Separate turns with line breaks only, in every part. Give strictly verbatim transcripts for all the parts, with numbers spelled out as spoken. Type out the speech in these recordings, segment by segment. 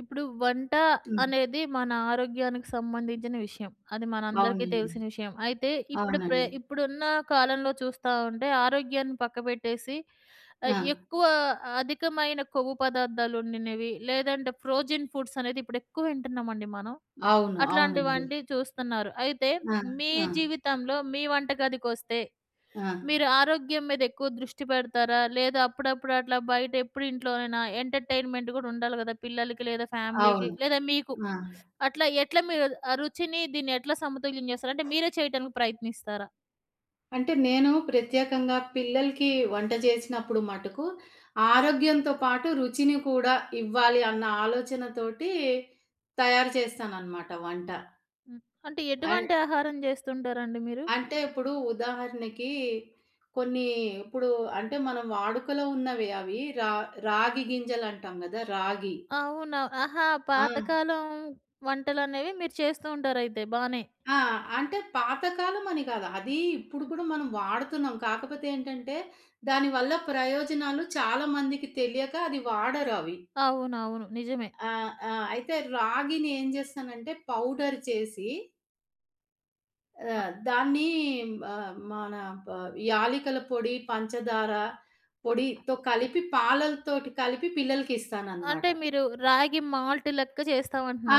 ఇప్పుడు వంట
హ్మ్.
అనేది మన ఆరోగ్యానికి సంబంధించిన విషయం. అది మనందరికీ
అవునండి.
తెలిసిన విషయం. అయితే ఇప్పుడు ప్రే
అవునండి.
ఇప్పుడున్న కాలంలో చూస్తా ఉంటే ఆరోగ్యాన్ని పక్కబెట్టేసి ఆహ్,
ఆ!
ఎక్కువ అధికమైన కొవ్వు పదార్థాలు ఉండినవి లేదంటే ఫ్రోజెన్ ఫుడ్స్ అనేది ఇప్పుడు ఎక్కువ వింటున్నామండి మనం.
అవును. అవునండి.
అట్లాంటివంటి చూస్తున్నారు. అయితే
ఆ!
మీ
ఆ!
జీవితంలో మీ వంటగదికొస్తే
ఆ!
మీరు ఆరోగ్యం మీద ఎక్కువ దృష్టి పెడతారా? లేదా అప్పుడప్పుడు అట్లా బయట ఎప్పుడు ఇంట్లోనేనా? ఎంటర్‌టైన్‌మెంట్ గూడా ఉండాలి గదా! పిల్లలకి లేదా ఫ్యామిలీకి
అవును.
లేదా మీకు.
ఆ!
అట్లా ఎట్లా మీరు ఆ రుచిని దీన్ని ఎట్లా సమతుల్యం జేస్తారు? అంటే మీరే చేయటానికి ప్రయత్నిస్తారా?
అంటే నేను ప్రత్యేకంగా పిల్లలకి వంట చేసినప్పుడు మటుకు ఆరోగ్యంతో పాటు రుచిని కూడా ఇవ్వాలి అన్న ఆలోచనతోటి తయారు చేస్తాననమాట వంట.
హ్మ్. అంటే
అన్
ఎటువంటి ఆహారం జేస్తుంటారండి మీరు?
అంటే ఇప్పుడు ఉదాహరణకి కొన్ని ఇప్పుడు అంటే మనం వాడుకలో ఉన్నవి అవి రా రాగి గింజలంటాం గదా! రాగి.
అవునా? ఆహా!
ఆ!
పాతకాలం వంటలనేవి మీరు చేస్తూ ఉంటారైతే బానే.
ఆ! అంటే పాతకాలం అని కాదు. అది ఇప్పుడు
హ్మ్.
కూడా మనం వాడుతున్నాం. కాకపోతే ఏంటంటే, దానివల్ల ప్రయోజనాలు చాలా మందికి తెలియక అది వాడరవి.
అవునవును. నిజమే.
ఆ! ఆ! అయితే రాగిని ఏం చేస్తానంటే, పౌడర్ చేసి
అ
ఆహ్, దాన్ని ఆహ్, మన ప యాలికల పొడి, పంచదార పొడితో కలిపి పాలలతోటి కలిపి పిల్లలకి ఇస్తానన్నమాట.
అంటే మీరు రాగి మాల్ట్ లెక్క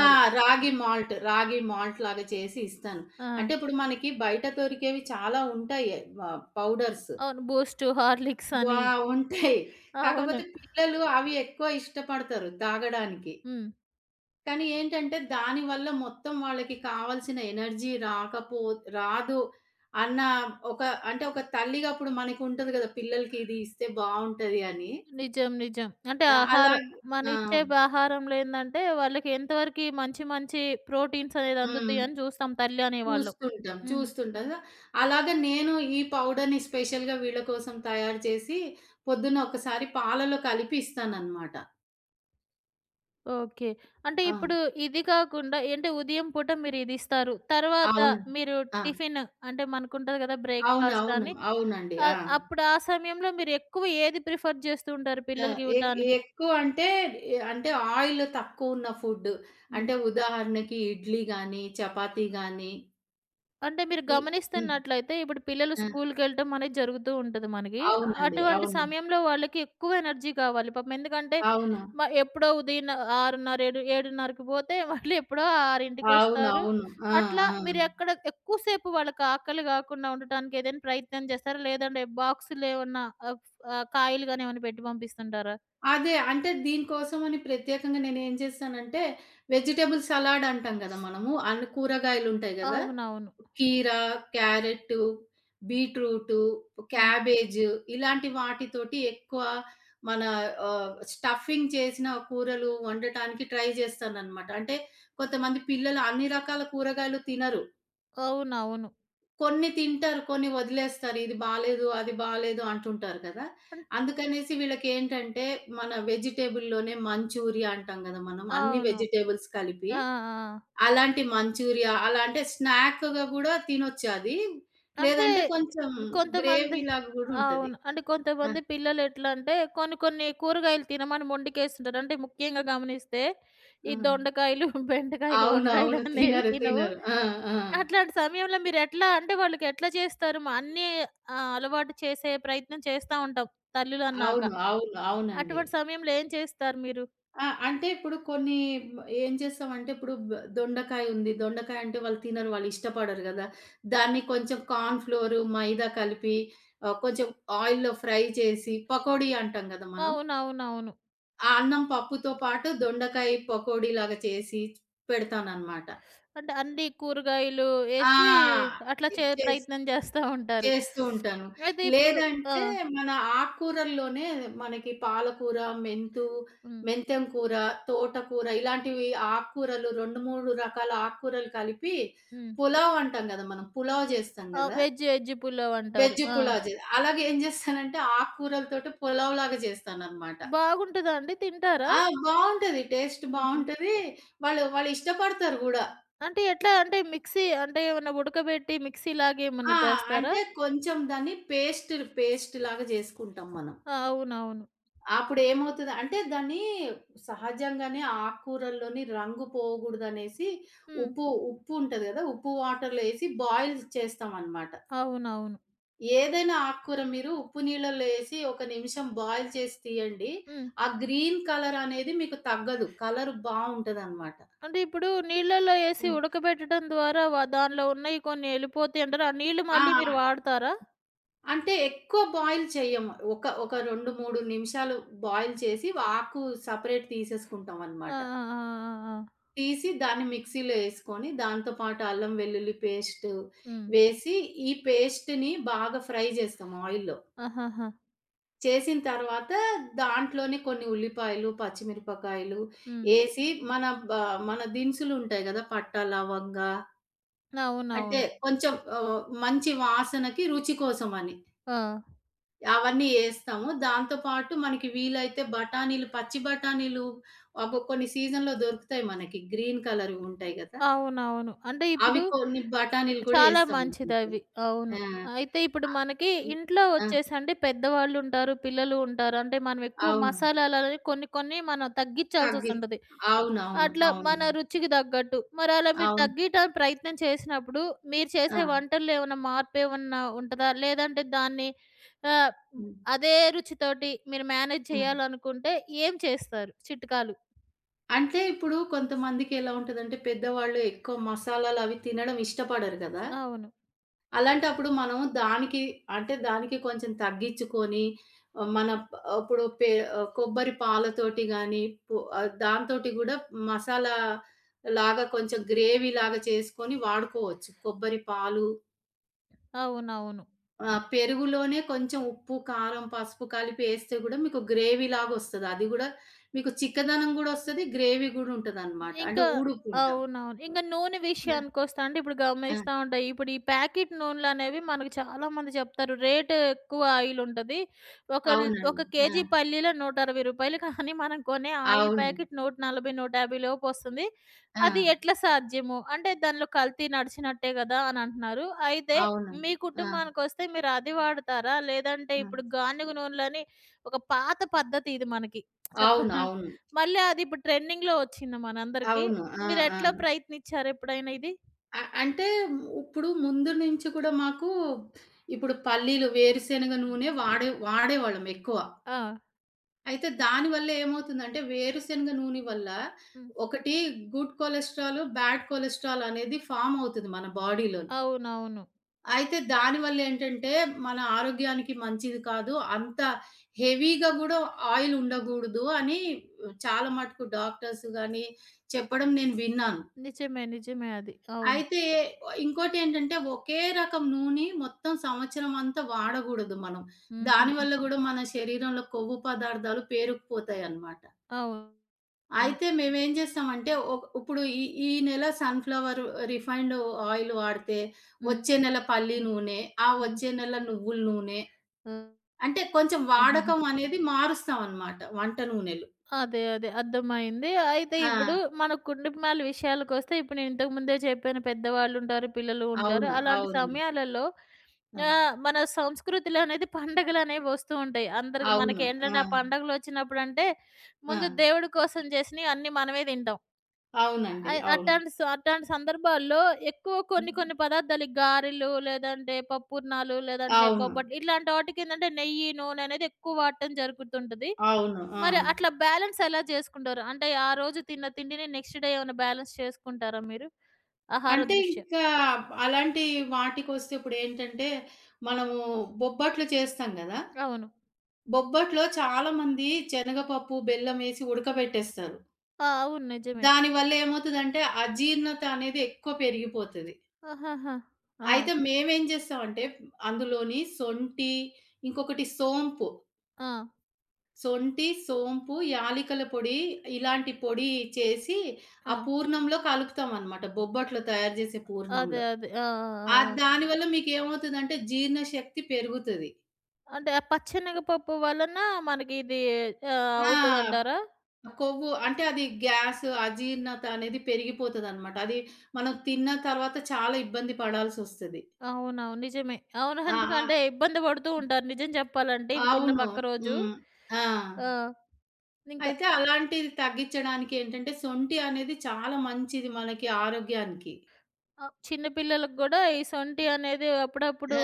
ఆ! రాగి మాల్ట్, రాగి మాల్ట్ లాగా చేసి ఇస్తాను. అంటే
ఆ!
ఇప్పుడు మనకి బయట దొరికేవి చాలా ఉంటాయి. వ పౌడర్స్.
అవును. బూస్టు, హార్లిక్స్ అని.
వావ్! ఉంటాయి.
అవును.
కాకపోతే పిల్లలు అవి ఎక్కువ ఇష్టపడతారు తాగడానికి.
హ్మ్.
కానీ ఏంటంటే, దానివల్ల మొత్తం వాళ్ళకి కావాల్సిన ఎనర్జీ రాకపో రాదు అన్న ఒక అంటే ఒక తల్లిగా అప్పుడు మనకుంటది గదా! పిల్లలకి ఇది ఇస్తే బావుంటది అని.
నిజం. నిజం. అంటే
ఆహ్, అలా
ఆహారం మనం
ఆ!
ఇచ్చే ఆహారంలో ఏందంటే, వాళ్ళకి ఎంతవరకి మంచి మంచి ప్రోటీన్స్ అనేది
హ్మ్.
అందుతాయి అని చూస్తాం తల్లి అనేవాళ్ళు.
చూస్తుంటాం.
హ్మ్.
చూస్తుంటాం. అలాగే నేను ఈ పౌడర్‌ని స్పెషల్‌గా వీళ్ళ కోసం తయారు చేసి పొద్దున్న ఒకసారి పాలలో కలిపి ఇస్తానన్నమాట.
ఓకే. అంటే
ఆ!
ఇప్పుడు ఇది కాకుండా ఏంటే ఉదయం పూట మీరు ఇది ఇస్తారు. తర్వాత
అవును.
మీరు
ఆ!
టిఫిన్ అంటే మనకుంటది కదా! బ్రేక్‌ఫాస్ట్
అవునవును.
అని.
అవునండి. ఆ!
ఆహ్, అప్పుడు ఆ సమయంలో మీరు ఎక్కువ ఏది ప్రిఫర్ చేస్తూ ఉంటారు
ఆ!
పిల్లలకి
ఎ
ఇవ్వటానికి?
ఎక్కువ అంటే ఎ- అంటే ఆయిల్ తక్కువున్న ఫుడ్.
హ్మ్.
అంటే ఉదాహరణకి ఇడ్లీ గాని, చపాతీ గాని
అంటే మీరు
ఇ హ్మ్.
గమనిస్తున్నట్లయితే ఇప్పుడు పిల్లలు
ఆ!
స్కూల్‌కెళ్ళటం అనేది జరుగుతూ ఉంటది మనకి. అ-
అవునండి.
అటువంటి
అవును.
సమయంలో వాళ్ళకి ఎక్కువ ఎనర్జీ కావాలి. పాపం ఎందుకంటే
అవును.
మ ఎప్పుడో ఉదయం ఆరున్నర ఏడు 7:30కి పోతే వాళ్ళు ఎప్పుడో 6:00కి
అవునవును. ఆ!
అట్లా
ఆ!
మీరు ఎక్కడ ఎక్కువ సేపు వాళ్ళకి ఆకలి కాకుండా ఉండటానికి ఏదైనా ప్రయత్నం చేస్తారా? లేదంటే బాక్సులు ఏమన్నా ఆహ్, ఆహ్, కాయలు గాని ఏమన్నా పెట్టి పంపిస్తుంటారా?
అదే. అంటే దీనికోసమని ప్రత్యేకంగా నేనేం చేశానంటే, వెజిటబుల్ సలాడ్ అంటాం గదా! మనము. అన్ని కూరగాయలుంటాయి గదా!
అవునవును.
కీర, క్యారెట్టు, బీట్రూటు,
హ్మ్.
క్యాబేజు ఇలాంటి వాటితోటి ఎక్కువ మన ఆహ్, స్టఫింగ్ చేసిన కూరలు వండటానికి ట్రై చేస్తాననమాట. అంటే కొంతమంది పిల్లలు అన్ని రకాల కూరగాయలు తినరు.
అవునవును.
కొన్ని తింటారు. కొన్ని వదిలేస్తారు. ఇది బాలేదు, అది బాలేదు అంటుంటారు కదా!
అన్
అందుకనేసి వీళ్ళకేంటంటే మన వెజిటబుల్‌లోనే మంచూరియా అంటాం గదా! మనం. అన్ని
అవును.
వెజిటబుల్స్ కలిపి
ఆ! ఆ! ఆ!
అలాంటి మంచూరియా అలా అంటే స్నాక్‌గా గూడా తినొచ్చది.
అంటే
లేదంటే కొంచెం
కొంతమంది
గ్రేవీ లాగా గూడా ఉంటది.
అవును. అంటే
ఆ!
కొంతమంది పిల్లలెట్లంటే కొన్ని కొన్ని కూరగాయలు తినమని మొండికేస్తుంటారు. అంటే ముఖ్యంగా గమనిస్తే
ఆ!
ఈ దొండకాయలు, బెండకాయలు, వంకాయలు
అవునవును.
అనేవి
తినరు.
తినవు.
తినరు. ఆ! ఆ!
అట్లాంటి సమయంలో మీరెట్లా అంటే వాళ్ళకెట్లా చేస్తారు? మ అన్నీ ఆహ్, అలవాటు చేసే ప్రయత్నం చేస్తా ఉంటాం తల్లులన్నాక.
అవును. అవును. అవునండి.
అటువంటి సమయంలో ఏం చేస్తారు మీరు?
ఆ! అంటే ఇప్పుడు కొన్ని మ్ ఏం చేస్తామంటే ఇప్పుడు బ్ దొండకాయ ఉంది. దొండకాయ అంటే వాళ్ళు తినరు. వాళ్ళు ఇష్టపడరు గదా! దాన్ని కొంచెం కార్న్ ఫ్లోర్, మైదా కలిపి ఆహ్, కొంచెం ఆయిల్‌లో ఫ్రై చేసి పకోడీ అంటాం గదా! మనం.
అవునవునవును.
ఆ అన్నం పప్పుతో పాటు దొండకాయ పకోడీ లాగా చేసి పెడతాననమాట.
అంటే అన్ని కూరగాయలు ఏసి
ఆ!
అట్లా చే
ఇచ్చేసి
ప్రయత్నం చేస్తా ఉంటారు.
చేస్తూ ఉంటాను.
అయితే ఇప్పుడు ఆ!
లేదంటే మన ఆకుకూరల్లోనే మనకి పాలకూర, మెంతు,
హ్మ్.
మెంతెం కూర, తోటకూర ఇలాంటివి ఆకుకూరలు రెండు, మూడు రకాల ఆకుకూరలు కలిపి
హ్మ్.
పులావ్ అంటాం గదా! మనం పులావ్ జేస్తాం
ఆ!
గదా!
వెజ్ ఎజ్ పులావ్ అంటారు.
వెజ్
ఆ!
పులావ్ జే అలాగే ఏం జేస్తానంటే ఆకుకూరలతోటి పులావ్‌లాగా జేస్తాననమాట.
బాగుంటదా అండి? తింటారా?
ఆ! బావుంటది. టేస్ట్
హుహు.
బావుంటది. వాళ్ళు వాళ్ళు ఇష్టపడతారు గూడా.
అంటే ఎట్లా అంటే మిక్సీ అంటే ఏమన్నా ఉడకబెట్టి మిక్సీలాగా ఏమన్నా
ఆ!
చేస్తారా?
అంటే కొంచెం దాన్ని పేస్ట్ పేస్ట్‌లాగా జేసుకుంటాం మనం.
ఆ! అవునవును.
అప్పుడేమవుతది అంటే దాన్ని సహజంగానే ఆకుకూరల్లోని రంగు పోగూడదనేసి
హ్మ్.
ఉప్పు ఉప్పు ఉంటది గదా! ఉప్పు వాటర్‌లో ఏసి బాయిల్ చేస్తామనమాట.
అవునవును.
ఏదైనా ఆకుకూర మీరు ఉప్పు నీళ్ళల్లో ఏసి ఒక నిమిషం బాయిల్ చేసి తీయండి.
హ్మ్.
ఆ గ్రీన్ కలర్ అనేది మీకు తగ్గదు. కలర్ బావుంటదనమాట.
అంటే ఇప్పుడు నీళ్ళలో ఏసి
హ్మ్.
ఉడకబెట్టడం ద్వారా వ దానిలో ఉన్నయి కొన్ని ఎళ్ళిపోతాయి అంటారు. ఆ నీళ్ళు
ఆ!
మళ్ళీ మీరు వాడతారా?
అంటే ఎక్కువ బాయిల్ చెయ్యము. ఒక ఒక రెండు, మూడు నిమిషాలు బాయిల్ చేసి ఆకు సెపరేట్
ఆ!
తీసేసుకుంటామనమాట.
ఆ! ఆ! ఆ! ఆ!
తీసి దాన్ని మిక్సీలో యేసుకొని, దాంతో పాటు అల్లం వెల్లుల్లి పేస్టు
హ్మ్.
వేసి, ఈ పేస్ట్‌ని బాగా ఫ్రై జేస్తాం ఆయిల్‌లో.
ఆహాహా!
చేసిన తర్వాత దాంట్లోనే కొన్ని ఉల్లిపాయలు, పచ్చిమిరపకాయలు
హ్మ్.
యేసి, మన బ మన దినుసులుంటాయి గదా! పట్టా, లవంగ
అవునవును.
అంటే కొంచెం ఆహ్, మంచి వాసనకి, రుచి కోసమని.
ఆ!
అవన్నీ యేస్తాము. దాంతో పాటు మనకి వీలైతే బఠానీలు, పచ్చి బఠానీలు అబ్బో! కొన్ని సీజన్‌లో దొరుకుతాయి మనకి. గ్రీన్ కలర్‌వి ఉంటాయి గదా!
అవునవును. అంటే
అవి
ఇప్పుడు
కొన్ని బఠానీలు కూడా
చాలా
ఏస్తాము కొంచెం.
మంచిదవి. అవును.
ఆ!
అయితే ఇప్పుడు
అ
మనకి
హ్మ్.
ఇంట్లో
ఆ!
వచ్చేసి అంటే పెద్దవాళ్ళుంటారు, పిల్లలు ఉంటారు. అంటే మనం ఎక్కువ
అవును.
మసాలాలనేవి కొన్ని కొన్ని మనం
తగ్గిస్
తగ్గిచ్చాల్సొస్తుంటది.
అవునవును.
అట్లా
అవును.
మన రుచికి తగ్గట్టు. మరి అలా మీరు
అవును.
తగ్గియటానికి ప్రయత్నం చేసినప్పుడు మీరు చేసే
ఆ!
వంటల్లో ఏమైనా మార్పు ఏమన్నా మార్పేమన్నా ఉంటదా? లేదంటే దాన్ని ఆహ్,
హ్మ్.
అదే రుచితోటి మీరు మేనేజ్
హ్మ్.
చేయాలనుకుంటే ఏం చేస్తారు చిట్కాలు?
అంటే ఇప్పుడు కొంతమందికి ఎలా ఉంటదంటే పెద్దవాళ్ళు ఎక్కువ మసాలాలవి తినడం ఇష్టపడరు గదా!
అవును.
అలాంటప్పుడు మనం దానికి అంటే దానికి కొంచెం తగ్గించుకొని ఆహ్, మన ప్ ఇప్పుడు పె ఆహ్, కొబ్బరి పాలతోటి గాని, పొ ఆహ్, దాంతోటి గూడా మసాలా లాగా కొంచెం గ్రేవీలాగా చేసుకొని వాడుకోవచ్చు. కొబ్బరి పాలు
అవునవును.
ఆహ్, పెరుగులోనే కొంచెం ఉప్పు, కారం, పసుపు కలిపి ఏస్తే గూడా మీకు గ్రేవీలాగా ఒస్తది. అది గూడా మీకు చిక్కదనం గూడా ఒస్తది. గ్రేవీ గూడా ఉంటదనమాట. అంటే
ఇంకా
ఊడుపుంటాం.
అవునవును. ఇంక నూనె
ఆ!
విషయానికొస్తే అంటే ఇప్పుడు
ఆ!
గమనిస్తా ఉంటా. ఇప్పుడు ఈ ప్యాకెట్ నూనెలనేవి మనకు చాలా మంది చెప్తారు. రేట్ ఎక్కువ ఆయిల్ ఉంటది. ఒక ల్
అవునండి.
ఒక
ఆ!
కేజీ పల్లీలో రూ. నూట అరవై కానీ మనం కొనే ఆయిల్
అవును.
ప్యాకెట్ నూట నలభై, నూట యాభై లోపొస్తుంది.
ఆ!
అది ఎట్లా సాధ్యము? అంటే దానిలో కల్తీ నడిచినట్టే గదా! అని అంటున్నారు. అయితే
అవును.
మీ
ఆ!
కుటుంబానికొస్తే మీరు అది వాడతారా? లేదంటే
ఆ!
ఇప్పుడు గానుగ నూనెలని ఒక పాత పద్ధతి ఇది మనకి. చెప్ప
అవును. అవును.
మళ్ళీ అది ఇప్పుడు ట్రెండింగ్‌లో వచ్చింది మనందరికీ.
అవును. ఆ! ఆ!
మీరెట్లా ప్రయత్నిచ్చారా ఎప్పుడైనా ఇది?
అ అంటే ఇప్పుడు ముందు నుంచి కూడా మాకు ఇప్పుడు పల్లీలు, వేరుశెనగ నూనె వాడే వాడేవాళ్ళం ఎక్కువ.
ఆ!
అయితే దానివల్ల ఏమవుతుందంటే వేరుశెనగ నూనె వల్ల
హ్మ్.
ఒకటి గుడ్ కొలెస్ట్రాల్, బ్యాడ్ కొలెస్ట్రాల్ అనేది ఫార్మ్ అవుతది మన బాడీలోని.
అవునవును.
అయితే దానివల్ల ఏంటంటే మన ఆరోగ్యానికి మంచిది కాదు. అంత హెవీగా గూడా ఆయిల్ ఉండగూడదు అని చాలా మటుకు డాక్టర్స్ గాని చెప్పడం నేను విన్నాను.
నిజమే. నిజమే అది. అవును.
అయితే ఇంకోటేంటంటే ఒకే రకం నూనె మొత్తం సంవత్సరం అంతా వాడగూడదు మనం.
హుహుహు.
దానివల్ల గూడా మన శరీరంలో కొవ్వు పదార్థాలు పేరుకుపోతాయన్నమాట.
అవును.
అయితే మేమేం జేస్తామంటే ఒక్ ఇప్పుడు ఈ ఈ నెల సన్‌ఫ్లవర్ రిఫైన్డ్ ఆయిల్ వాడితే,
హ్మ్.
వచ్చే నెల పల్లి
హ్మ్.
నూనె, ఆ
హ్మ్.
వచ్చే నెల నువ్వుల నూనె అంటే కొంచెం
ఆహాహా!
వాడకం అనేది మారుస్తామన్నమాట వంట నూనెలు.
అదే. అదే. అర్థమైంది. అయితే
ఆ!
ఇప్పుడు మన కుటుంబాల విషయాలకొస్తే ఇప్పుడు నేను ఇంతకు ముందే చెప్పాను పెద్దవాళ్ళుంటారు, పిల్లలు ఉంటారు.
అవును.
అలాంటి
అవును.
సమయాలలో
ఆ!
ఆహ్, మన సంస్కృతిలోనేది పండగలనేవి వస్తూ ఉంటాయి. అందరికి
అవును. ఆ!
మనకేంటంటే ఆ పండగలొచ్చినప్పుడంటే
ఆ!
ముందు దేవుడి కోసం చేసినయి అన్నీ మనమే తింటాం.
అవునండి.
అయ్
అవును.
అట్టాంటి స అట్టాంటి సందర్భాల్లో ఎక్కువ కొన్ని కొన్ని పదార్థాలు ఈ గారెలు, లేదంటే పప్పుర్నాలు, లేదంటే
అవును.
బొబ్బట్లు ఇట్లాంటి వాటికేందంటే నెయ్యి, నూనె అనేది ఎక్కువ వాడటం జరుగుతుంటది.
అవును. ఆ!
మరి అట్లా బ్యాలెన్స్ ఎలా చేసుకుంటారు? అంటే ఆ రోజు తిన్న తిండిని నెక్స్ట్ డే ఏమైనా బ్యాలెన్స్ చేసుకుంటారా మీరు? ఆహార
అంటే
దృష్ట్యా.
ఇంకా అలాంటి వాటికొస్తే ఇప్పుడేంటంటే, మనము బొబ్బట్లు చేస్తాం గదా!
అవును.
బొబ్బట్లో చాలామంది శనగపప్పు, బెల్లమేసి ఉడకబెట్టేస్తారు.
ఆ! అవును. నిజమే.
దానివల్ల ఏమవుతదంటే, అజీర్ణత అనేది ఎక్కువ పెరిగిపోతది.
ఆహాహా! ఆ!
అయితే మేమేం చేస్తామంటే, అందులోని సొంటి, ఇంకొకటి సోంపు,
ఆ!
సొంటి, సోంపు, యాలికల పొడి ఇలాంటి పొడి చేసి,
ఆ!
ఆ పూర్ణంలో కలుపుతామనమాట. బొబ్బట్లు తయారు చేసే
అదే.
పూర్ణంలో.
అదే. ఆ! ఆ!
ఆ!
ఆ!
దానివల్ల మీకేమవుతదంటే జీర్ణశక్తి పెరుగుతది.
అంటే ఆ పచ్చెనగపప్పు వలన మనకి ఇది ఆహ్,
ఆ!
అవుతదంటారా?
కొవ్వు అంటే అది గ్యాస్ అజీర్ణత అనేది పెరిగిపోతదనమాట. అది మనం తిన్న తర్వాత చాలా ఇబ్బంది పడాల్సొస్తది.
అవునవును. నిజమే. అవును.
ఆ! ఆ!
ఎందుకంటే ఇబ్బంది పడుతూ ఉంటారు నిజం చెప్పాలంటే ఇవి తిన్న
అవును.
పక్క రోజు.
హ్మ్. ఆ!
ఆ! ఇంక
అయితే అలాంటిది తగ్గించడానికి ఏంటంటే సొంఠి అనేది చాలా మంచిది మనకి ఆరోగ్యానికి.
ఆ! చిన్న పిల్లలకి గూడా ఈ సొంఠి అనేది అప్పుడప్పుడు
ఆ!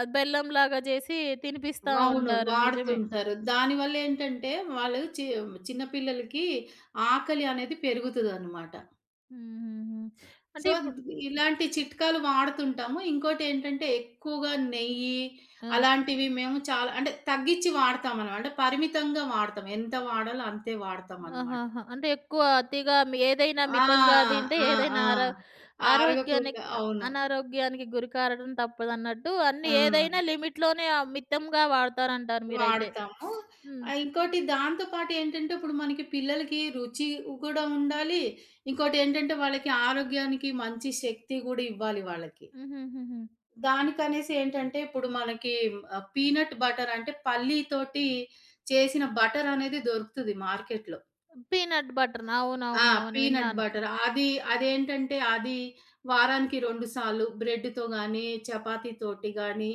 ఆహ్, బెల్లంలాగా చేసి తినిపిస్తా
అవును.
ఉంటారు. నిజమే.
వాడుతుంటారు. దానివల్ల ఏంటంటే వాళ్ళు చి చిన్న పిల్లలకి ఆకలి అనేది పెరుగుతదనమాట.
హుహుహు. అంటే
సో,
ఇప్పుడు
ఇలాంటి చిట్కాలు వాడుతుంటాము. ఇంకోటేంటంటే ఎక్కువగా నెయ్యి
ఆ!
అలాంటివి మేము చాలా అంటే తగ్గిచ్చి వాడతామనమాట. అంటే పరిమితంగా వాడతాం. ఎంత వాడాలో అంతే వాడతామనమాట.
ఆహాహా! అంటే ఎక్కువ అతిగా మి ఏదైనా
ఆ!
మితంగా తింటే
ఆ!
ఏదైనా ఆరో
ఆ! అరగకుండా
ఆరోగ్యానికి
అవును.
అనారోగ్యానికి గురి కారడం తప్పదన్నట్టు అన్నీ
ఆ!
ఏదైనా లిమిట్‌లోనే ఆహ్, మితంగా వాడతారంటారు మీరైతే.
వాడతాము.
హ్మ్.
ఆహ్, ఇంకోటి దాంతో పాటు ఏంటంటే ఇప్పుడు మనకి పిల్లలకి రుచి కూడా ఉండాలి. ఇంకోటేంటంటే వాళ్ళకి ఆరోగ్యానికి మంచి శక్తి గూడా ఇవ్వాలి వాళ్ళకి.
హుహుహుహు.
దానికనేసి ఏంటంటే, ఇప్పుడు మనకి ఆహ్, పీనట్ బటర్ అంటే పల్లితోటి చేసిన బటర్ అనేది దొరుకుతది మార్కెట్‌లో.
పీనట్ బటర్‌ని
ఆ!
అవునవునవును.
పీనట్
విన్నాను.
బటర్. అది అదేంటంటే, అది వారానికి రెండు సార్లు బ్రెడ్‌తో గానీ, చపాతీతోటి గానీ,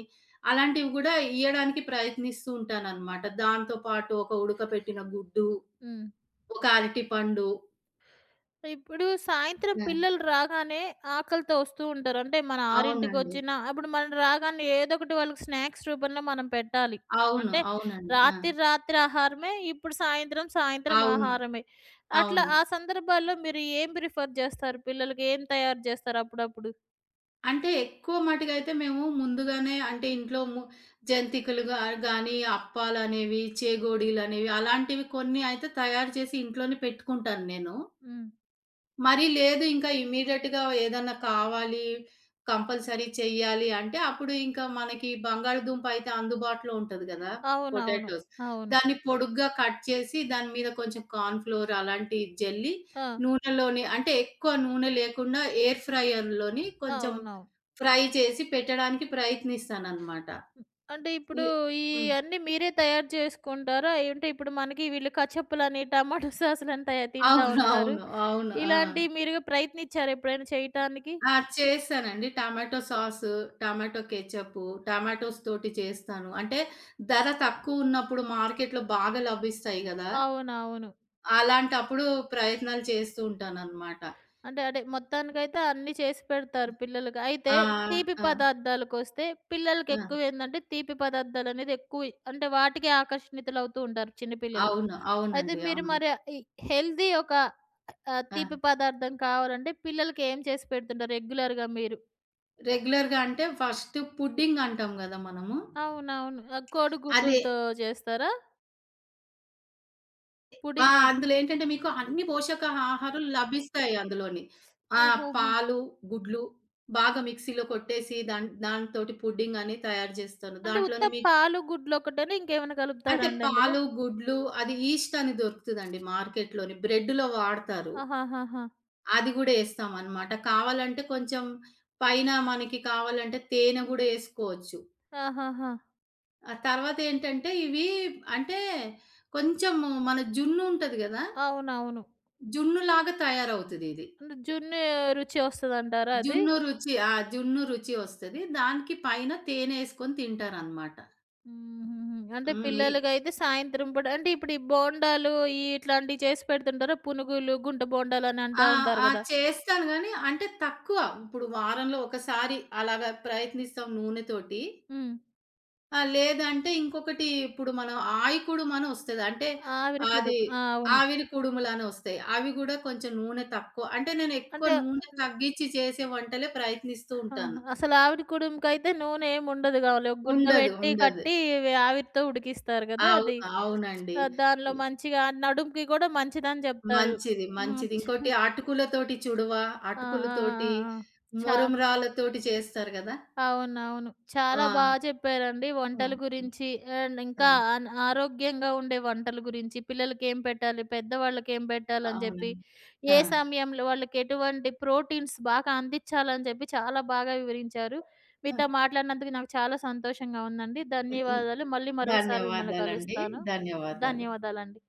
అలాంటివి గూడా ఇయ్యడానికి ప్రయత్నిస్తూ ఉంటాననమాట. దాంతో పాటు ఒక ఉడకపెట్టిన గుడ్డు,
హ్మ్.
ఒక అరటిపండు.
ఇప్పుడు సాయంత్రం
ఆ!
పిల్లలు రాగానే ఆకలితో వస్తూ ఉంటారు. అంటే మన
అవునండి.
6:00కొచ్చినా ఇప్పుడు మనం రాగానే ఏదో ఒకటి వాళ్ళకి స్నాక్స్ రూపంలో మనం పెట్టాలి.
అవును.
అంటే
అవునండి. ఆ!
రాత్రి రాత్రి ఆహారమే, ఇప్పుడు సాయంత్రం సాయంత్రం
అవును.
ఆహారమే. అట్లా
అవును.
ఆ సందర్భాల్లో మీరు ఏం ప్రిఫర్ జేస్తారు? పిల్లలకి ఏం తయారు జేస్తారు అప్పుడప్పుడు?
అంటే ఎక్కువ మటుకు అయితే మేము ముందుగానే అంటే ఇంట్లో ము జంతికలు గా గానీ, అప్పాలనేవి, చేగోడీలనేవి అలాంటివి కొన్ని అయితే తయారు చేసి ఇంట్లోనే పెట్టుకుంటాను నేను.
హ్మ్.
మరి లేదు ఇంకా ఇమ్మీడియేట్‌గా ఏదన్నా కావాలి, కంపల్సరీ చెయ్యాలి అంటే, అప్పుడు ఇంకా మనకి బంగాళదుంప అయితే అందుబాటులో ఉంటది గదా!
అవునవును.
పొటాటోస్.
అవును.
దాన్ని పొడుగ్గా కట్ చేసి, దాని మీద కొంచెం కార్న్ ఫ్లోర్ అలాంటియి జల్లి,
ఆ!
నూనెలోని అంటే ఎక్కువ నూనె లేకుండా ఎయిర్ ఫ్రైయర్‌లోని కొంచెం
అవునవును.
ఫ్రై చేసి పెట్టడానికి ప్రయత్నిస్తాననమాట.
అంటే ఇప్పుడు
లే
ఈ
హ్మ్.
అన్నీ మీరే తయారు చేసుకుంటారా? ఏంటి ఇప్పుడు మనకి వీళ్ళు కచప్పులని, టమాటో సాసులని తయా తింటా
అవును.
ఉంటారు.
అవును. అవును. ఆ!
ఇలాంటివి మీరు ప్రయత్నించారా ఎప్పుడైనా చేయటానికి?
ఆ! చేశానండి. Tomato sauce, tomato ketchup, tomatoes తోటి చేస్తాను. అంటే ధర తక్కువున్నప్పుడు మార్కెట్‌లో బాగా లభిస్తాయి గదా!
అవునవును.
అలాంటప్పుడు ప్రయత్నాలు చేస్తూ ఉంటాననమాట.
అంటే అదే మొత్తానికైతే అన్నీ చేసి పెడతారు పిల్లలకి. అయితే
ఆ!
తీపి
ఆ!
పదార్థాలకొస్తే
ఆ!
పిల్లలకెక్కువేందంటే తీపి పదార్థాలనేది ఎక్కువ అంటే వాటికి ఆకర్షితులవుతూ ఉంటారు చిన్న పిల్లలు.
అవును.
అయితే
అవునండి.
మీరు
అవును.
మరి ఈ హెల్తీ ఒక ఆహ్, తీపి
ఆ!
పదార్థం కావాలంటే పిల్లలకి ఏం చేసి పెడుతుంటారు రెగ్యులర్‌గా మీరు?
రెగ్యులర్‌గా అంటే ఫస్ట్ పుడ్డింగ్ అంటాం గదా! మనము.
అవునవును. ఆహ్,
అది
కోడిగుడ్డులతో చేస్తారా?
ఆ!
పుడింగ్ అన్
అందులో ఏంటంటే మీకు అన్ని పోషకాహారాలు లభిస్తాయి అందులోని. ఆ!
ఆహాహా!
పాలు, గుడ్లు బాగా మిక్సీలో కొట్టేసి దాన్ దానితోటి పుడ్డింగ్ అని తయారు చేస్తాను.
అంటే ఉత్త
దాంట్లోని మీకు
పాలు, గుడ్లు ఒకటేనా ఇంకేమైనా
అంటే
కలుపుతారా అండి అందులో?
పాలు, గుడ్లు అది ఈస్ట్ అని దొరుకుతదండి మార్కెట్‌లోని. బ్రెడ్‌లో వాడతారు.
ఆహాహాహా!
అది గూడా ఏస్తామనమాట. కావాలంటే కొంచెం పైన మనకి కావాలంటే తేనె గూడా ఏసుకోవచ్చు.
ఆహాహా!
ఆ తర్వాత ఏంటంటే ఇవి అంటే కొంచెం మన జున్ను ఉంటది గదా!
అవునవును.
జున్నులాగా తయారవుతదిది.
అంటే జున్ను రుచి వస్తదంటారా అది?
జున్ను రుచి. ఆ! జున్ను రుచి వస్తది. దానికి పైన తేనెసుకొని తింటారనమాట.
హుహుహు. అంటే
హ్మ్. ఈ
పిల్లలకైతే సాయంత్రం పూట అంటే ఇప్పుడు ఈ బోండాలు ఈ ఇట్లాంటివి చేసి పెడుతుంటారా? పునుగులు, గుంట బోండాలని అంటా
ఆ!
ఉంటారు
ఆ!
గదా!
చేస్తాను గానీ అంటే తక్కువ. ఇప్పుడు వారంలో ఒకసారి అలాగా ప్రయత్నిస్తాం నూనెతోటి.
హ్మ్.
ఆ! లేదంటే ఇంకొకటి ఇప్పుడు మనం ఆయి కుడుమనొస్తది. అంటే
ఆవిరి కుడుం.
అది
ఆ! అవును.
ఆవిరి కుడుములనొస్తాయి. అవి గూడా కొంచెం నూనె తక్కువ. అంటే నేను ఎక్కువ
అంటే
నూనె తగ్గించి చేసే వంటలే ప్రయత్నిస్తూ
ఆహా!
ఉంటాను.
అసలు ఆవిరి కుడుముకైతే నూనె ఏముండదు గావులే. ఒక గుడ్డ
ఉండదు.
పెట్టి
ఉండదు.
కట్టి వే ఆవిరితో ఉడికిస్తారు గదా! అది.
అవును. అవునండి.
ఆ! దానిలో మంచిగా నడుముకి గూడా మంచిదని జెప్తారు.
మంచిది.
హ్మ్.
మంచిది.
చ
ఇంకోటి అటుకులతోటి చుడవ,
ఆ! ఆ! ఆ!
అటుకులతోటి,
ఆ! ఆ! చా
మొరమరాళ్ళతోటి చేస్తారు గదా!
అవునవును. చాలా
ఆ!
బా చెప్పారండి
ఆ!
వంటల
హ్మ్.
గురించి. అండ్
ఆ!
ఇంకా అన్ ఆరోగ్యంగా ఉండే వంటల గురించి, పిల్లలకేం పెట్టాలి, పెద్దవాళ్ళకేం పెట్టాలని చెప్పి,
అవునండి.
ఏ
ఆ!
సమయంలో వాళ్ళకెటువంటి ప్రోటీన్స్ బాగా అందించాలని చెప్పి చాలా బాగా వివరించారు.
ఆ!
మీతో మాట్లాడినందుకు నాకు చాలా సంతోషంగా ఉందండి.
హ్మ్. హ్మ్.
ధన్యవాదాలు. మళ్ళీ మరొకసారి మిమ్మల్ని
ధన్యవాదాలండి.
కలుస్తాను.
ధన్యవాదాలు.
ధన్యవాదాలండి.